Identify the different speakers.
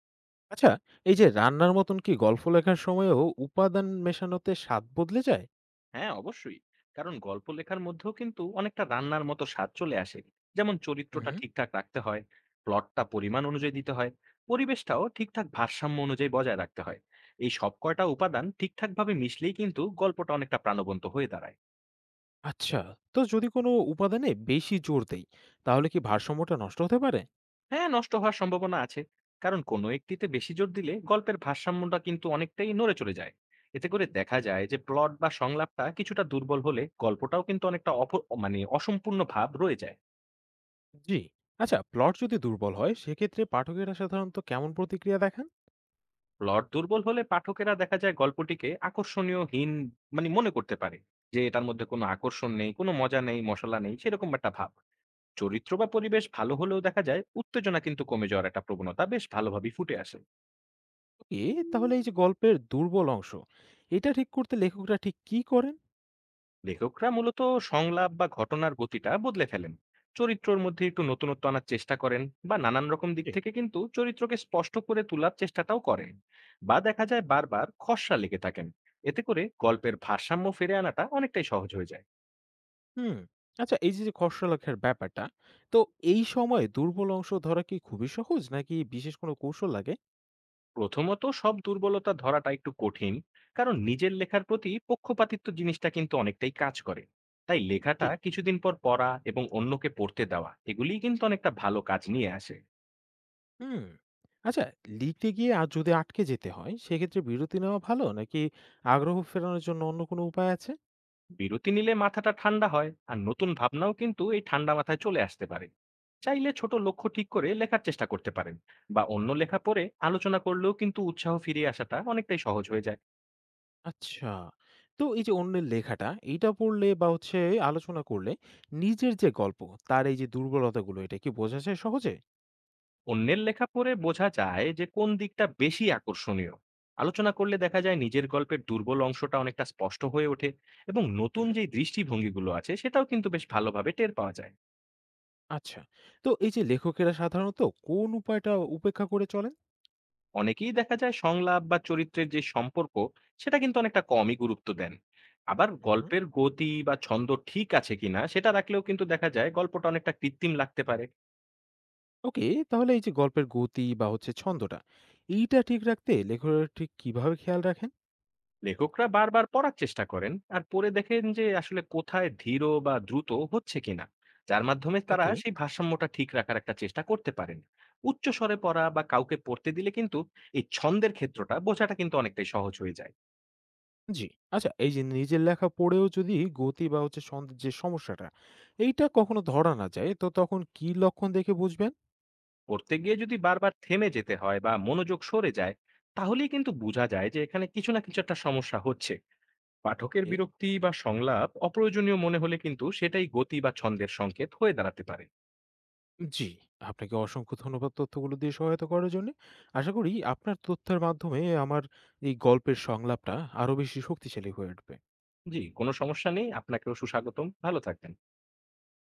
Speaker 1: আচ্ছা, এই যে রান্নার মতন কি গল্প লেখার সময়েও উপাদান মেশানোতে স্বাদ বদলে যায়?
Speaker 2: হ্যাঁ অবশ্যই। কারণ গল্প লেখার মধ্যেও কিন্তু অনেকটা রান্নার মতো স্বাদ চলে আসে। যেমন চরিত্রটা
Speaker 1: হুম।
Speaker 2: ঠিকঠাক রাখতে হয়, প্লটটা পরিমাণ অনুযায়ী দিতে হয়, পরিবেশটাও ঠিকঠাক ভারসাম্য অনুযায়ী বজায় রাখতে হয়। এই সব কয়টা উপাদান ঠিকঠাকভাবে মিশলেই কিন্তু গল্পটা অনেকটা প্রাণবন্ত হয়ে দাঁড়ায়।
Speaker 1: আচ্ছা, তো যদি কোনো উপাদানে বেশি জোর দেই, তাহলে কি ভারসাম্যটা নষ্ট হতে পারে?
Speaker 2: হ্যাঁ, নষ্ট হওয়ার সম্ভাবনা আছে। কারণ কোনো একটিতে বেশি জোর দিলে গল্পের ভারসাম্যটা কিন্তু অনেকটাই নড়ে চলে যায়। এতে করে দেখা যায় যে প্লট বা সংলাপটা কিছুটা দুর্বল হলে গল্পটাও কিন্তু অনেকটা অপ মানে অসম্পূর্ণ ভাব রয়ে যায়।
Speaker 1: জি। আচ্ছা, প্লট যদি দুর্বল হয়, সেক্ষেত্রে পাঠকেরা সাধারণত কেমন প্রতিক্রিয়া দেখান?
Speaker 2: প্লট দুর্বল হলে পাঠকেরা দেখা যায় গল্পটিকে আকর্ষণীয়হীন মনে করতে পারে, যে এটার মধ্যে কোনো আকর্ষণ নেই, কোনো মজা নেই, মশলা নেই, সেরকম একটা ভাব। চরিত্র বা পরিবেশ ভালো হলেও দেখা যায় উত্তেজনা কিন্তু কমে যাওয়ার একটা প্রবণতা বেশ ভালোভাবেই ফুটে আসে।
Speaker 1: এ তাহলে এই যে গল্পের দুর্বল অংশ, এটা ঠিক করতে লেখকরা ঠিক কি করেন?
Speaker 2: লেখকরা মূলত সংলাপ বা ঘটনার গতিটা বদলে ফেলেন, চরিত্রর মধ্যে একটু নতুনত্ব আনার চেষ্টা করেন, বা নানান রকম দিক
Speaker 1: জি।
Speaker 2: থেকে কিন্তু চরিত্রকে স্পষ্ট করে তোলার চেষ্টাটাও করেন। বা দেখা যায় বারবার খসড়া লিখে থাকেন। এতে করে গল্পের ভারসাম্য ফিরে আনাটা অনেকটাই সহজ হয়ে যায়।
Speaker 1: হুম। আচ্ছা, এই যে যে খসড়া লেখার ব্যাপারটা, তো এই সময়ে দুর্বল অংশ ধরা কি খুবই সহজ নাকি বিশেষ কোনো কৌশল লাগে?
Speaker 2: প্রথমত সব দুর্বলতা ধরাটা একটু কঠিন, কারণ নিজের লেখার প্রতি পক্ষপাতিত্ব জিনিসটা কিন্তু অনেকটাই কাজ করে। তাই
Speaker 1: জি।
Speaker 2: লেখাটা কিছুদিন পর পড়া এবং অন্যকে পড়তে দেওয়া এগুলিই কিন্তু অনেকটা ভালো কাজ নিয়ে আসে।
Speaker 1: হুম। আচ্ছা, লিখতে গিয়ে আর যদি আটকে যেতে হয় সেক্ষেত্রে বিরতি নেওয়া ভালো নাকি আগ্রহ ফেরানোর জন্য অন্য কোনো উপায় আছে?
Speaker 2: বিরতি নিলে মাথাটা ঠান্ডা হয়, আর নতুন ভাবনাও কিন্তু এই ঠান্ডা মাথায় চলে আসতে পারে। চাইলে ছোট লক্ষ্য ঠিক করে লেখার চেষ্টা করতে পারেন, বা অন্য লেখা পড়ে আলোচনা করলেও কিন্তু উৎসাহ ফিরিয়ে আসাটা অনেকটাই সহজ হয়ে যায়।
Speaker 1: আচ্ছা। তো এই যে অন্যের লেখাটা এইটা পড়লে বা আলোচনা করলে নিজের যে গল্প তার এই যে দুর্বলতাগুলো এটা কি বোঝা যায় সহজে?
Speaker 2: অন্যের লেখা পড়ে বোঝা যায় যে কোন দিকটা বেশি আকর্ষণীয়। আলোচনা করলে দেখা যায় নিজের গল্পের দুর্বল অংশটা অনেকটা স্পষ্ট হয়ে ওঠে, এবং নতুন
Speaker 1: হুম।
Speaker 2: যে দৃষ্টিভঙ্গিগুলো আছে সেটাও কিন্তু বেশ ভালোভাবে টের পাওয়া যায়।
Speaker 1: আচ্ছা। তো এই যে লেখকেরা সাধারণত কোন উপায়টা উপেক্ষা করে চলেন?
Speaker 2: অনেকেই দেখা যায় সংলাপ বা চরিত্রের যে সম্পর্ক, সেটা কিন্তু অনেকটা কমই গুরুত্ব দেন। আবার
Speaker 1: হুম।
Speaker 2: গল্পের গতি বা ছন্দ ঠিক আছে কিনা সেটা রাখলেও কিন্তু দেখা যায় গল্পটা অনেকটা কৃত্রিম লাগতে পারে।
Speaker 1: ওকে, তাহলে এই যে গল্পের গতি বা ছন্দটা এইটা ঠিক রাখতে লেখকরা ঠিক কিভাবে খেয়াল রাখেন?
Speaker 2: লেখকরা বারবার পড়ার চেষ্টা করেন আর পড়ে দেখেন যে আসলে কোথায় ধীর বা দ্রুত হচ্ছে কিনা, যার মাধ্যমে তারা
Speaker 1: ওকে।
Speaker 2: সেই ভারসাম্যটা ঠিক রাখার একটা চেষ্টা করতে পারেন। উচ্চ স্বরে পড়া বা কাউকে পড়তে দিলে কিন্তু এই ছন্দের ক্ষেত্রটা বোঝাটা কিন্তু অনেকটাই সহজ হয়ে যায়।
Speaker 1: জি। আচ্ছা এই যে নিজের লেখা পড়েও যদি গতি বা ছন্দের যে সমস্যাটা এইটা কখনো ধরা না যায় তো তখন কি লক্ষণ দেখে বুঝবেন?
Speaker 2: পড়তে গিয়ে যদি বারবার থেমে যেতে হয় বা মনোযোগ সরে যায়, তাহলেই কিন্তু বোঝা যায় যে এখানে কিছু না কিছু একটা সমস্যা হচ্ছে। পাঠকের
Speaker 1: এ
Speaker 2: বিরক্তি বা সংলাপ অপ্রয়োজনীয় মনে হলে কিন্তু সেটাই গতি বা ছন্দের সংকেত হয়ে দাঁড়াতে পারে।
Speaker 1: জি, আপনাকে অসংখ্য ধন্যবাদ তথ্যগুলো দিয়ে সহায়তা করার জন্য। আশা করি আপনার তথ্যের মাধ্যমে আমার এই গল্পের সংলাপটা আরো বেশি শক্তিশালী হয়ে উঠবে।
Speaker 2: জি, কোনো সমস্যা নেই। আপনাকেও সুস্বাগতম। ভালো থাকবেন।